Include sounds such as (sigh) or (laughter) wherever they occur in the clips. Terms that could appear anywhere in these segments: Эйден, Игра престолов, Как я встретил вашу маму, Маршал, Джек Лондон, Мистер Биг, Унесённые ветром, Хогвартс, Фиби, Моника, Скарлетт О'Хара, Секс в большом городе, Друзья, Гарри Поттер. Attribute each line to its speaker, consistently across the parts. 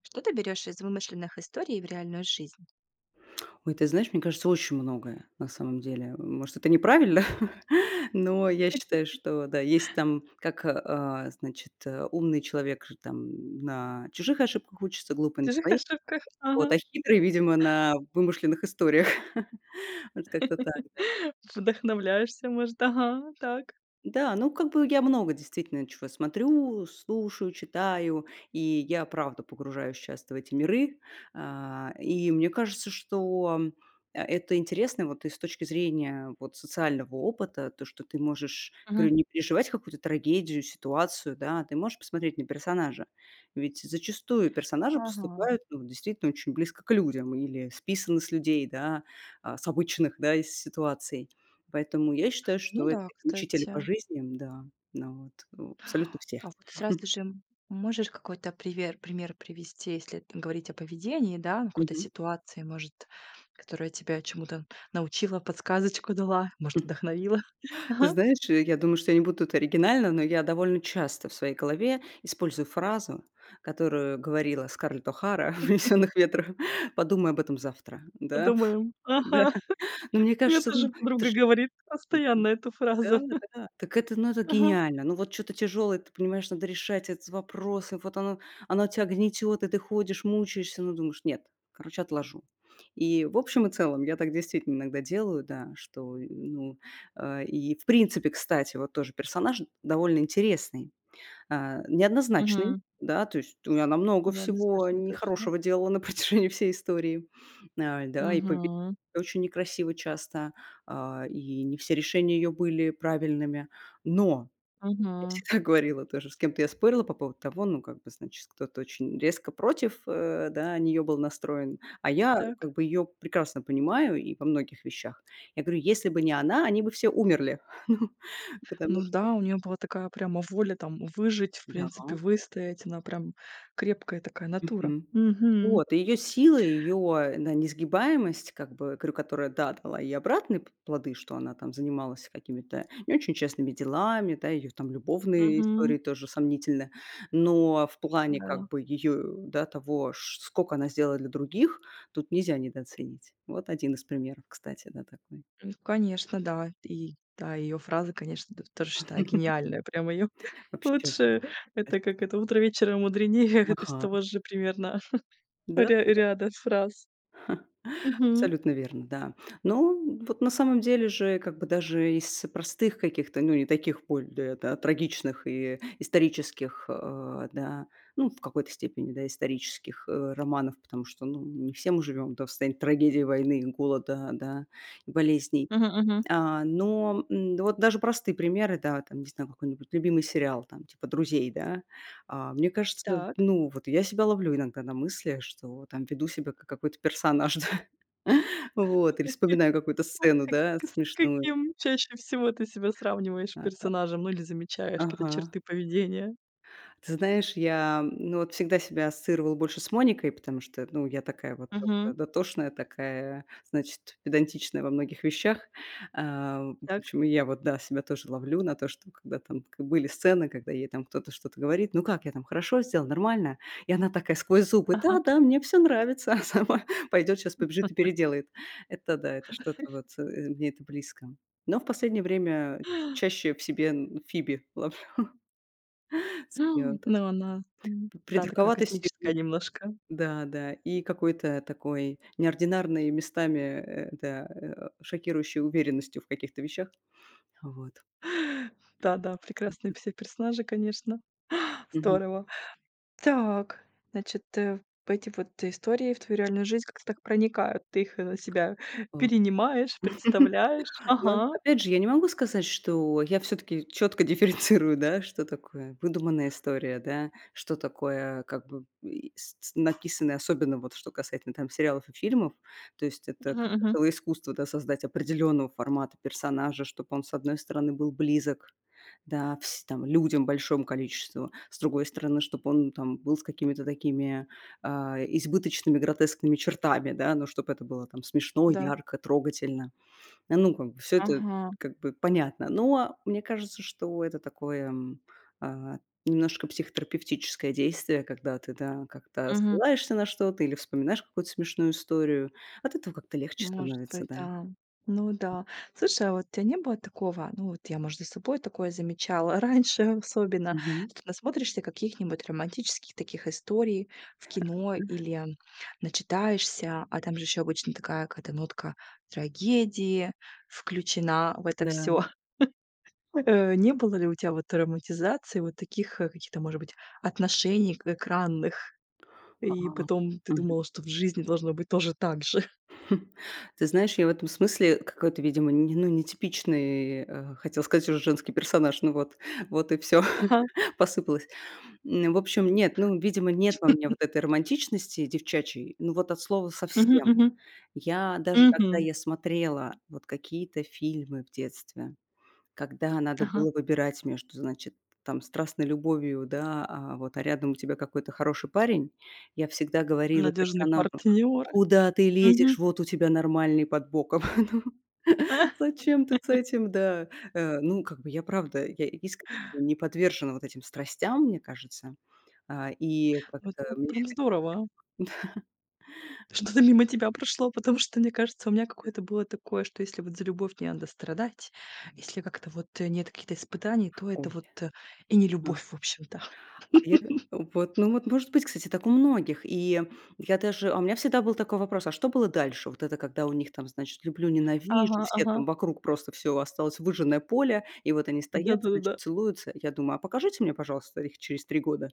Speaker 1: Что ты берешь из вымышленных историй в реальную жизнь?
Speaker 2: Ой, ты знаешь, мне кажется, очень многое на самом деле. Может, это неправильно, (laughs) но я считаю, что да, есть там, как, значит, умный человек же там на чужих ошибках учится,
Speaker 1: В
Speaker 2: глупый на
Speaker 1: чужих
Speaker 2: своих,
Speaker 1: ошибках,
Speaker 2: вот,
Speaker 1: ага.
Speaker 2: а хитрый, видимо, на вымышленных историях. (laughs) Вот как-то так.
Speaker 1: (laughs) Вдохновляешься, может, ага, так.
Speaker 2: Да, ну, как бы я много действительно чего смотрю, слушаю, читаю, и я правда погружаюсь часто в эти миры. И мне кажется, что это интересно вот и с точки зрения вот социального опыта, то, что ты можешь,
Speaker 1: Мгм.
Speaker 2: говорю, не переживать какую-то трагедию, ситуацию, да, ты можешь посмотреть на персонажа. Ведь зачастую персонажи
Speaker 1: Ага.
Speaker 2: поступают ну, действительно очень близко к людям или списаны с людей, да, с обычных, да, из ситуаций. Поэтому я считаю,
Speaker 1: Ну
Speaker 2: что это
Speaker 1: да,
Speaker 2: такие учители по
Speaker 1: кстати.
Speaker 2: жизни, да, ну вот, абсолютно все.
Speaker 1: А вот сразу
Speaker 2: (laughs)
Speaker 1: же можешь какой-то привер пример привести, если т говорить о поведении, да, ну, какой-то
Speaker 2: Мгм.
Speaker 1: ситуации, может, которая тебя чему-то научила, подсказочку дала, может, вдохновила?
Speaker 2: Ты
Speaker 1: Ага,
Speaker 2: знаешь, я думаю, что я не буду тут оригинальна, но я довольно часто в своей голове использую фразу, которую говорила Скарлетт О'Хара в "Унесённых ветром": (laughs) "Подумай об этом завтра". Да,
Speaker 1: подумаем.
Speaker 2: (laughs) да.
Speaker 1: Ага.
Speaker 2: Но мне
Speaker 1: Мне
Speaker 2: кажется, ну,
Speaker 1: тоже
Speaker 2: это
Speaker 1: подруга
Speaker 2: ж
Speaker 1: говорит постоянно эту
Speaker 2: да,
Speaker 1: фразу.
Speaker 2: да. Так это, ну, это
Speaker 1: Ага.
Speaker 2: гениально. Ну, вот что то тяжелое, ты понимаешь, надо решать этот вопрос, и вот оно оно тя гнетёт, и ты ходишь, мучаешься, но думаешь: "Нет, короче, отложу". И в общем и целом я так действительно иногда делаю, да, что, ну, и в принципе, кстати, вот тоже персонаж довольно интересный. Неоднозначный,
Speaker 1: Мгм.
Speaker 2: да, то есть, у она много всего
Speaker 1: Неоднозначно, точно.
Speaker 2: нехорошего делала на (laughs) протяжении всей истории. Да, и побе
Speaker 1: Мгм.
Speaker 2: очень некрасиво часто, и не все решения ее были правильными. Но я
Speaker 1: Мгм.
Speaker 2: всегда (laughs) говорила тоже, с кем-то я спорила по поводу того, ну, как бы, значит, кто-то очень резко против, да, нее был настроен, а я,
Speaker 1: Так.
Speaker 2: как бы, ее прекрасно понимаю и во многих вещах. Я говорю: "Если бы не она, они бы все умерли". (laughs) Ну, потому
Speaker 1: Ну
Speaker 2: что.
Speaker 1: да, у нее была такая прямо воля там выжить, в
Speaker 2: Да.
Speaker 1: принципе, выстоять. Она прям крепкая такая натура.
Speaker 2: Мгм.
Speaker 1: Мгм.
Speaker 2: Вот, и её сила, ее несгибаемость, как бы, говорю, которая, да, дала и обратные п плоды, что она там занималась какими-то не очень честными делами, да, ее там любовные
Speaker 1: Мгм.
Speaker 2: истории тоже сомнительны. Но в плане,
Speaker 1: Да.
Speaker 2: как бы, ее, да, того, ш скока она сделала для других, тут нельзя недооценить. Вот один из примеров, кстати, да, такой.
Speaker 1: Ну, конечно, да. И да, ее фраза, конечно, т тоже считаю
Speaker 2: (laughs)
Speaker 1: гениальная. Прямо ее (laughs)
Speaker 2: Вообще.
Speaker 1: лучше, это как это "утро вечера мудренее", (laughs) то есть
Speaker 2: Ага.
Speaker 1: того же примерно (laughs)
Speaker 2: Да.
Speaker 1: ря ряда фраз. Мгм.
Speaker 2: Абсолютно верно, да. Но вот на самом деле же как бы даже из простых каких-то, ну, не таких да, трагичных и исторических, да, ну, в какой-то степени, да, исторических романов, потому что, ну, не все мы живем да, в состоянии трагедии войны, голода, да, и болезней.
Speaker 1: Мгм, мгм.
Speaker 2: Но, вот даже простые примеры, да, там, не знаю, какой-нибудь любимый сериал, там, типа "Друзей", да. Мне кажется,
Speaker 1: Так.
Speaker 2: ну, вот я себя ловлю иногда на мысли, что там веду себя как какой-то персонаж, (laughs) да. Вот, или
Speaker 1: (laughs)
Speaker 2: вспоминаю какую-то сцену, да,
Speaker 1: К С
Speaker 2: смешную.
Speaker 1: каким чаще всего ты себя сравниваешь
Speaker 2: А,
Speaker 1: персонажем, ну, или замечаешь какие-то
Speaker 2: ага.
Speaker 1: черты поведения?
Speaker 2: Ты знаешь, я, ну, вот всегда себя ассоциировала больше с Моникой, потому что, ну, я такая вот тоже
Speaker 1: Мгм.
Speaker 2: дотошная, такая, значит, педантичная во многих вещах. В
Speaker 1: Так.
Speaker 2: общем, и я вот, да, себя тоже ловлю на то, что когда там были сцены, когда ей там кто-то что-то говорит, ну как, я там хорошо сделал, нормально, и она такая сквозь зубы, да,
Speaker 1: Ага.
Speaker 2: да, мне все нравится, (laughs) а сама пойдет сейчас побежит и переделает. Это да, это что-то вот, мне это близко. Но в последнее время чаще в себе Фиби ловлю, (laughs)
Speaker 1: Ну, она,
Speaker 2: П
Speaker 1: та такая
Speaker 2: придурковатостью,
Speaker 1: космическая немножко.
Speaker 2: да, да, и какой-то такой неординарной, местами, шокирующей уверенностью в каких-то вещах. Вот.
Speaker 1: (laughs) Да-да, прекрасные все персонажи, конечно.
Speaker 2: Мгм.
Speaker 1: Здорово. Так, значит, эти вот истории в твою реальную жизнь как-то так проникают. Ты их, на себя
Speaker 2: О.
Speaker 1: перенимаешь,
Speaker 2: (laughs)
Speaker 1: представляешь.
Speaker 2: Ну,
Speaker 1: Ага.
Speaker 2: опять же, я не могу сказать, что я все таки четко (laughs) дифференцирую, да, что такое выдуманная история, да, что такое как бы и с написанное, особенно вот что касательно там сериалов и фильмов. То есть это
Speaker 1: Мгм,
Speaker 2: как бы
Speaker 1: мгм.
Speaker 2: целое искусство, да, создать определенного формата персонажа, чтобы он, с одной стороны, был близок, да, вс там людям, большому количеству, с другой стороны, чтобы он там был с какими-то такими, избыточными гротескными чертами, да, но чтобы это было там смешно,
Speaker 1: Да.
Speaker 2: ярко, трогательно. Ну, как бы всё это
Speaker 1: Ага.
Speaker 2: как бы понятно. Но мне кажется, что это такое, а, немножко психотерапевтическое действие, когда ты, да, как-то
Speaker 1: Мгм.
Speaker 2: ссылаешься на что-то или вспоминаешь какую-то смешную историю. От этого как-то легче
Speaker 1: Может
Speaker 2: становится,
Speaker 1: быть,
Speaker 2: да.
Speaker 1: да. Ну да. Слушай, а вот у тебя не было такого? Ну вот я, может, за собой такое замечала (laughs) раньше особенно,
Speaker 2: Мгм.
Speaker 1: что насмотришься каких-нибудь романтических таких историй в кино или начитаешься, а там же еще обычно такая какая-то нотка трагедии включена в это
Speaker 2: Да.
Speaker 1: все. (laughs) Не было ли у тебя вот романтизации вот таких, каких-то, может быть, отношений к экранных?
Speaker 2: А,
Speaker 1: И потом ты
Speaker 2: мгм.
Speaker 1: думала, что в жизни должно быть тоже так же. (laughs)
Speaker 2: (laughs) Ты знаешь, я в этом смысле какой-то, видимо, не ну, нетипичный, хотел сказать уже женский персонаж, ну вот вот и все
Speaker 1: Ага.
Speaker 2: (laughs) посыпалось. В общем, нет, ну, видимо, нет во мне вот этой романтичности девчачьей, ну, вот от слова
Speaker 1: Мгм,
Speaker 2: совсем.
Speaker 1: мгм.
Speaker 2: Я даже
Speaker 1: Мгм.
Speaker 2: когда я смотрела вот какие-то фильмы в детстве, когда надо
Speaker 1: Ага.
Speaker 2: было выбирать между, значит, там, страстной любовью, да, вот, а рядом у тебя какой-то хороший парень, я всегда говорила
Speaker 1: Надежный
Speaker 2: персонажу:
Speaker 1: партнёр.
Speaker 2: "Куда ты
Speaker 1: Мгм.
Speaker 2: лезешь? Вот у тебя нормальный под боком". (laughs) Ну,
Speaker 1: (laughs)
Speaker 2: зачем ты с этим, да? Ну, как бы я правда, я искренне не подвержена вот этим страстям, мне кажется. И
Speaker 1: Ну,
Speaker 2: как-то
Speaker 1: это
Speaker 2: мне
Speaker 1: прям здорово, что-то мимо тебя прошло, потому что, мне кажется, у меня какое-то было такое, что если вот за любовь не надо страдать, если как-то вот, нет каких-то испытаний, то это
Speaker 2: ой.
Speaker 1: вот, и не
Speaker 2: А.
Speaker 1: любовь, в общем-то.
Speaker 2: А я
Speaker 1: (laughs)
Speaker 2: вот, ну вот, может быть, кстати, так у многих. И я даже а у меня всегда был такой вопрос: а что было дальше? Вот это когда у них там, значит, люблю, ненавижу,
Speaker 1: Ага,
Speaker 2: все
Speaker 1: ага.
Speaker 2: там вокруг просто все осталось выжженное поле, и вот они стоят, значит,
Speaker 1: Да-да-да-да.
Speaker 2: целуются. Я думаю: а покажите мне, пожалуйста, их через 3 года.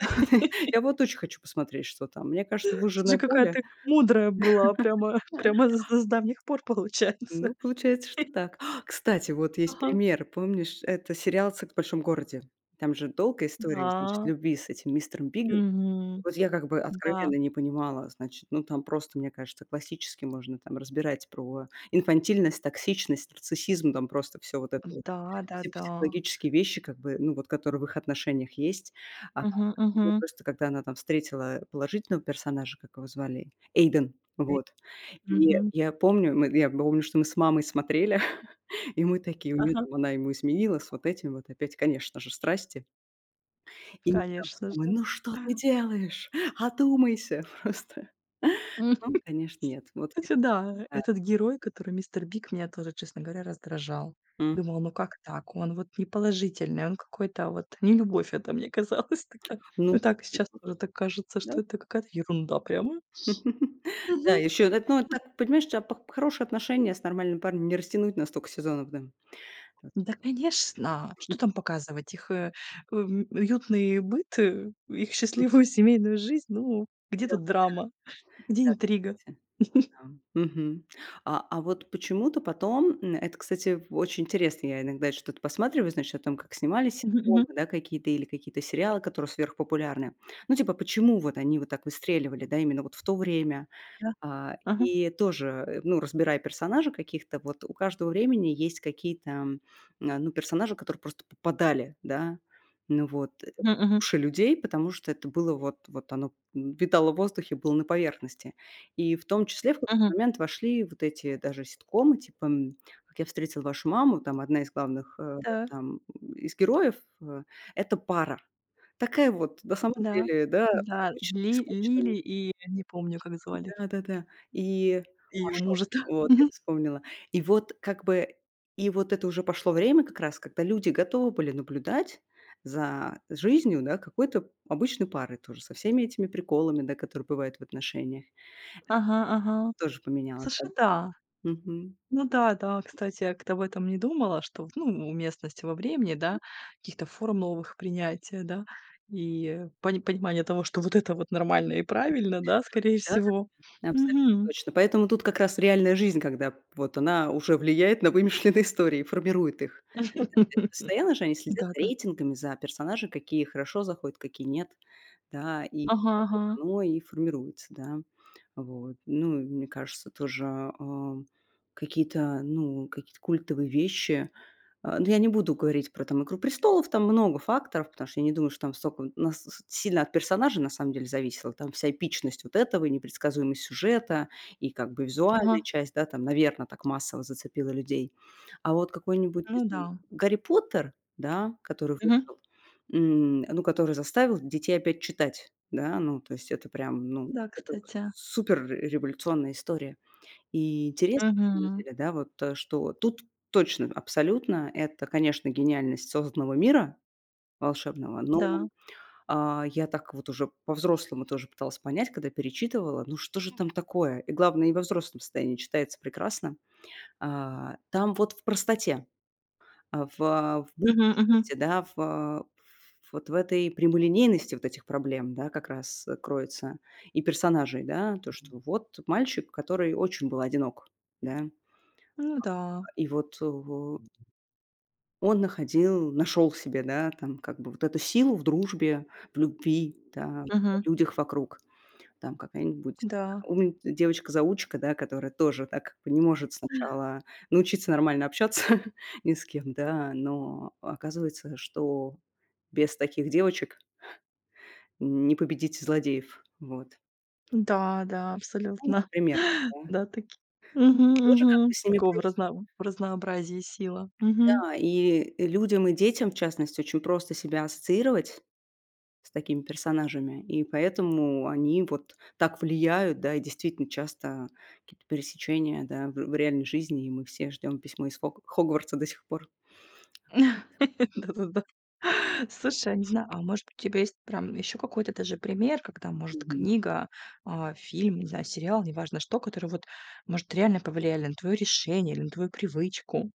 Speaker 2: (laughs)
Speaker 1: (laughs)
Speaker 2: Я вот очень хочу посмотреть, что там. Мне кажется,
Speaker 1: Слушай,
Speaker 2: выжженное
Speaker 1: какая
Speaker 2: поле
Speaker 1: ты мудрая была, прямо, (laughs) прямо с давних пор получается.
Speaker 2: ну, получается, что так. (gasps) Кстати, вот есть
Speaker 1: Ага.
Speaker 2: пример. Помнишь, это сериал "Секс в большом городе"? Там же долгая история, значит,
Speaker 1: Да.
Speaker 2: любви с этим мистером Бигом.
Speaker 1: Мгм.
Speaker 2: Вот я как бы
Speaker 1: Да.
Speaker 2: откровенно не понимала, значит, ну, там просто, мне кажется, классически можно там разбирать про инфантильность, токсичность, нарциссизм, там просто все вот это вот.
Speaker 1: Да,
Speaker 2: Все
Speaker 1: да-да.
Speaker 2: психологические вещи, как бы, ну, вот которые в их отношениях есть. А,
Speaker 1: Мгм,
Speaker 2: я
Speaker 1: мгм.
Speaker 2: просто, когда она там встретила положительного персонажа, как его звали, Эйден, вот. И
Speaker 1: Мгм.
Speaker 2: я помню, что мы с мамой смотрели, (laughs) и мы такие: "У нее
Speaker 1: Ага.
Speaker 2: там она ему изменилась, вот этим вот". Опять, конечно же, страсти. И мы там с
Speaker 1: Конечно
Speaker 2: мамой:
Speaker 1: же.
Speaker 2: "Ну что ты делаешь? Одумайся (laughs) просто".
Speaker 1: М,
Speaker 2: Ну, конечно, нет. Вот это
Speaker 1: Кстати, да,
Speaker 2: да.
Speaker 1: этот герой, который "Мистер Биг", меня тоже, честно говоря, раздражал.
Speaker 2: М.
Speaker 1: Думал: "Ну как так? Он вот неположительный, он какой-то вот", не любовь это, мне казалось (laughs) тогда. Ну
Speaker 2: Ну
Speaker 1: так сейчас тоже так кажется,
Speaker 2: да.
Speaker 1: что это какая-то ерунда прямо.
Speaker 2: (laughs) Да,
Speaker 1: Мгм.
Speaker 2: еще это, ну, так, понимаешь, а п хорошие отношения с нормальным парнем не растянуть на столько сезонов, да. Вот.
Speaker 1: Да, конечно. Что там показывать? Их, уютный быт, их
Speaker 2: Ну
Speaker 1: счастливую (laughs) семейную жизнь. Ну, где
Speaker 2: да,
Speaker 1: тут драма? Где
Speaker 2: да,
Speaker 1: интрига?
Speaker 2: кстати. Да. Мгм. А вот почему-то потом, это, кстати, очень интересно, я иногда что-то посматриваю, значит, о том, как снимались
Speaker 1: Мгм,
Speaker 2: ситкомы,
Speaker 1: мгм.
Speaker 2: да, какие-то или какие-то сериалы, которые сверхпопулярны. Ну, типа, почему вот они вот так выстреливали, да, именно вот в то время?
Speaker 1: Да. Ага.
Speaker 2: И тоже, ну, разбирая персонажа каких-то, вот у каждого времени есть какие-то, ну, персонажи, которые просто попадали, да, ну вот,
Speaker 1: Мгм,
Speaker 2: в
Speaker 1: мгм,
Speaker 2: души людей, потому что это было вот, вот оно витало в воздухе, было на поверхности. И в том числе в
Speaker 1: мгм.
Speaker 2: какой-то момент вошли вот эти даже ситкомы, типа «Как я встретил вашу маму», там одна из главных
Speaker 1: Да.
Speaker 2: там, из героев, это пара. Такая вот, на самом
Speaker 1: Да,
Speaker 2: деле, да,
Speaker 1: да, Ли
Speaker 2: с обычными,
Speaker 1: Лили и не помню, как звали
Speaker 2: да-да-да. И
Speaker 1: ее
Speaker 2: Маршал.
Speaker 1: мужа-то. (laughs)
Speaker 2: Вот, я
Speaker 1: Мгм.
Speaker 2: вспомнила. И вот как бы и вот это уже пошло время как раз, когда люди готовы были наблюдать за жизнью, да, какой-то обычной пары тоже, со всеми этими приколами, да, которые бывают в отношениях.
Speaker 1: Ага, ага.
Speaker 2: Тоже поменялось, да.
Speaker 1: Слушай, да.
Speaker 2: Мгм.
Speaker 1: Ну да, да, кстати, я как-то об этом не думала, что, ну, уместности во времени, да, каких-то форм новых принятия, да, и понимание того, что вот это вот нормально и правильно, да, скорее всего.
Speaker 2: Да-да. Абсолютно
Speaker 1: Мгм.
Speaker 2: точно. Поэтому тут как раз реальная жизнь, когда вот она уже влияет на вымышленные истории, формирует их. То есть
Speaker 1: (laughs)
Speaker 2: постоянно же они следят за
Speaker 1: Да-да.
Speaker 2: рейтингами, за персонажи, какие хорошо заходят, какие нет, да, и вот
Speaker 1: Ага,
Speaker 2: так
Speaker 1: ага,
Speaker 2: вот оно и формируется, да. Вот. Ну, и мне кажется, тоже, какие-то, ну, какие-то культовые вещи, ну, я не буду говорить про там "Игру престолов", там много факторов, потому что я не думаю, что там столько нас с сильно от персонажа на самом деле зависело. Там вся эпичность вот этого и непредсказуемость сюжета, и как бы визуальная
Speaker 1: ага.
Speaker 2: часть, да, там, наверное, так массово зацепила людей. А вот какой-нибудь, не
Speaker 1: Ну да.
Speaker 2: знаю, "Гарри Поттер", да, который
Speaker 1: Мгм.
Speaker 2: вышел, ну, который заставил детей опять читать, да, ну, то есть это прям, ну,
Speaker 1: Да,
Speaker 2: это
Speaker 1: кстати.
Speaker 2: супер революционная история. И интересно, на самом
Speaker 1: Мгм.
Speaker 2: деле, да, вот, что тут точно, абсолютно, это, конечно, гениальность созданного мира волшебного, но,
Speaker 1: Да.
Speaker 2: я так вот уже по-взрослому тоже пыталась понять, когда перечитывала, ну что же там такое? И главное, и во взрослом состоянии читается прекрасно. Там вот в простоте, в
Speaker 1: Мгм, мгм.
Speaker 2: будничности, да, в а, в вот в этой прямолинейности вот этих проблем, да, как раз, кроется и персонажей, да. То, что вот мальчик, который очень был одинок, да.
Speaker 1: Ну да.
Speaker 2: И вот, он нашел себе, да, там как бы вот эту силу в дружбе, в любви, да,
Speaker 1: Мгм.
Speaker 2: в людях вокруг. Там какая-нибудь
Speaker 1: Да,
Speaker 2: умн девочка-заучка, да, которая тоже так как бы не может сначала научиться нормально общаться (laughs) ни с кем, да, но оказывается, что без таких девочек не победить злодеев. Вот.
Speaker 1: да, да,
Speaker 2: Ну,
Speaker 1: абсолютно.
Speaker 2: например,
Speaker 1: (laughs)
Speaker 2: да.
Speaker 1: Да, таки Мгм,
Speaker 2: И тоже как
Speaker 1: мгм.
Speaker 2: бы с ними
Speaker 1: Такого,
Speaker 2: проще.
Speaker 1: в разнообразии сила. Мгм.
Speaker 2: Да, и людям, и детям, в частности, очень просто себя ассоциировать с такими персонажами. И поэтому они вот так влияют, да, и действительно часто какие-то пересечения, да, в реальной жизни, и мы все ждем письмо из Хогвартса до сих пор.
Speaker 1: (laughs) Да-да-да. Слушай, а не знаю, а может быть, у тебя есть прям еще какой-то даже пример, когда, может,
Speaker 2: Мгм.
Speaker 1: книга, фильм, не знаю, сериал, неважно что, которые вот, может, реально повлияли на твое решение или на твою привычку?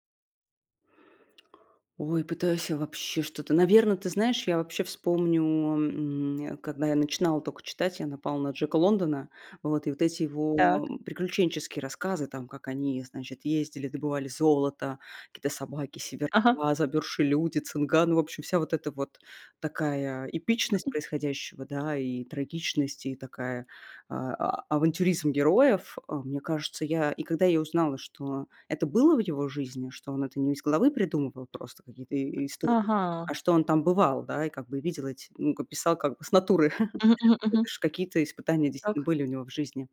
Speaker 2: Ой, пытаюсь я вообще что-то. Наверное, ты знаешь, я вообще вспомню, когда я начинала только читать, я напала на Джека Лондона. Вот, и вот эти
Speaker 1: Так.
Speaker 2: его приключенческие рассказы, там, как они, значит, ездили, добывали золото, какие-то собаки, сибирка,
Speaker 1: Ага.
Speaker 2: замёрзшие люди, цинга. Ну, в общем, вся вот эта вот такая эпичность происходящего, да, и трагичность, и такая, авантюризм героев. Мне кажется, я и когда я узнала, что это было в его жизни, что он это не из головы придумывал просто какие-то и истории,
Speaker 1: Ага.
Speaker 2: а что он там бывал, да, и как бы видел эти, ну, как писал как бы с натуры. (laughs)
Speaker 1: Мгм, мгм,
Speaker 2: Вот,
Speaker 1: мгм.
Speaker 2: ш какие-то испытания действительно были у него в жизни.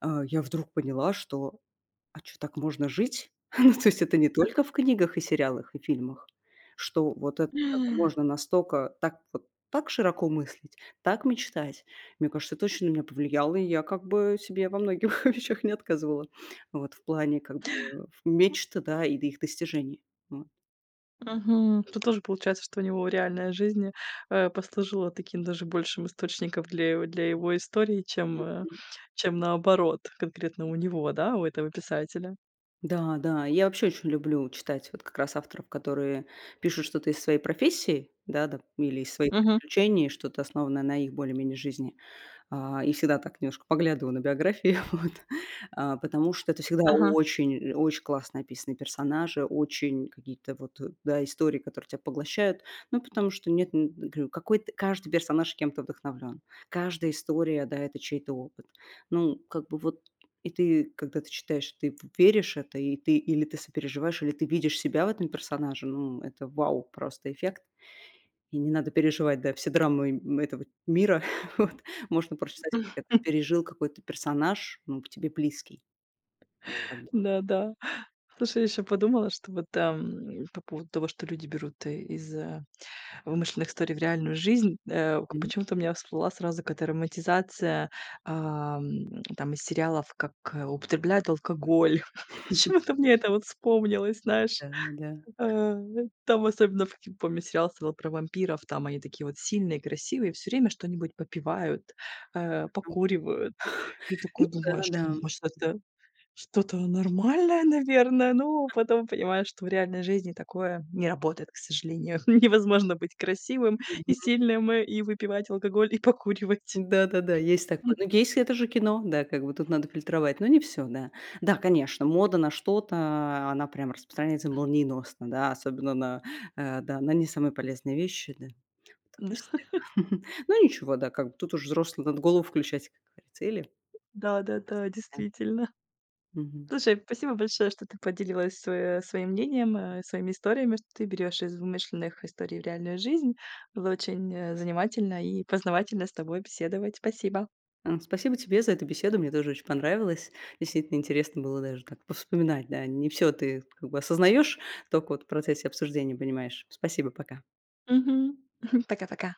Speaker 2: Я вдруг поняла, что а чё, так можно жить? (laughs) Ну, то есть это не только в книгах и сериалах, и фильмах, что вот это как бы
Speaker 1: Так.
Speaker 2: можно настолько так вот так широко мыслить, так мечтать. Мне кажется, это очень на меня повлияло, и я как бы себе во многих (laughs) вещах не отказывала. Вот в плане как бы да, и их достижений. Вот.
Speaker 1: Мгм. Тут тоже получается, что у него реальная жизнь, послужила таким даже большим источником для его истории, чем, чем наоборот, конкретно у него, да, у этого писателя.
Speaker 2: Да, да, я вообще очень люблю читать вот как раз авторов, которые пишут что-то из своей профессии, да, да, или из своих
Speaker 1: Мгм.
Speaker 2: приключений, что-то основанное на их более-менее жизни. И всегда так немножко поглядываю на биографии, (laughs) вот, потому что это всегда
Speaker 1: Ага.
Speaker 2: очень очень классно описаны персонажи, очень какие-то вот, да, истории, которые тебя поглощают. Ну, потому что нет, н говорю, какой-то каждый персонаж кем-то вдохновлен. Каждая история, да, это чей-то опыт. Ну, как бы вот и ты, когда ты читаешь, ты веришь это, и ты или ты сопереживаешь, или ты видишь себя в этом персонаже. Ну, это вау просто эффект. И не надо переживать, да, все драмы, этого мира. (laughs) Вот. Можно прочитать, как
Speaker 1: (laughs)
Speaker 2: это пережил какой-то персонаж, ну, тебе близкий. Как бы.
Speaker 1: Да-да. Слушай, я еще подумала, что вот, по поводу того, что люди берут из, вымышленных историй в реальную жизнь, э, к
Speaker 2: Мгм.
Speaker 1: почему-то у меня всплыла сразу какая-то романтизация, ам, там из сериалов, как, употребляют алкоголь. (laughs) Почему-то мне это вот вспомнилось, знаешь.
Speaker 2: Да, да.
Speaker 1: Э, там особенно, в каким помню, сериал стоял про вампиров, там они такие вот сильные, красивые, все время что-нибудь попивают, покуривают. И
Speaker 2: Ну
Speaker 1: такой
Speaker 2: да,
Speaker 1: думаешь:
Speaker 2: да.
Speaker 1: "Ну, может, это что-то нормальное, наверное?" Но потом понимаешь, что в реальной жизни такое не работает, к сожалению. (laughs) Невозможно быть красивым и
Speaker 2: Мгм.
Speaker 1: сильным, и выпивать алкоголь, и покуривать.
Speaker 2: Да-да-да, есть такое. Ну,
Speaker 1: (laughs)
Speaker 2: есть, это же кино, да, как бы тут надо фильтровать, но не все, да. Да, конечно, мода на что-то, она прям распространяется молниеносно, да, особенно на, да, на не самые полезные вещи, да, в том числе. (laughs) Ну, ничего, да, как бы тут уже взрослый надо голову включать, как говорится, или
Speaker 1: Да-да-да,
Speaker 2: Да.
Speaker 1: действительно.
Speaker 2: Мгм.
Speaker 1: Слушай, спасибо большое, что ты поделилась свое своим мнением, своими историями, что ты берешь из вымышленных историй в реальную жизнь. Было очень, занимательно и познавательно с тобой беседовать. Спасибо.
Speaker 2: Спасибо тебе за эту беседу, мне тоже очень понравилось. Действительно интересно было даже так повспоминать, да. Не все ты как бы осознаешь, только вот в процессе обсуждения понимаешь. Спасибо, пока.
Speaker 1: Мгм. (laughs) Пока-пока.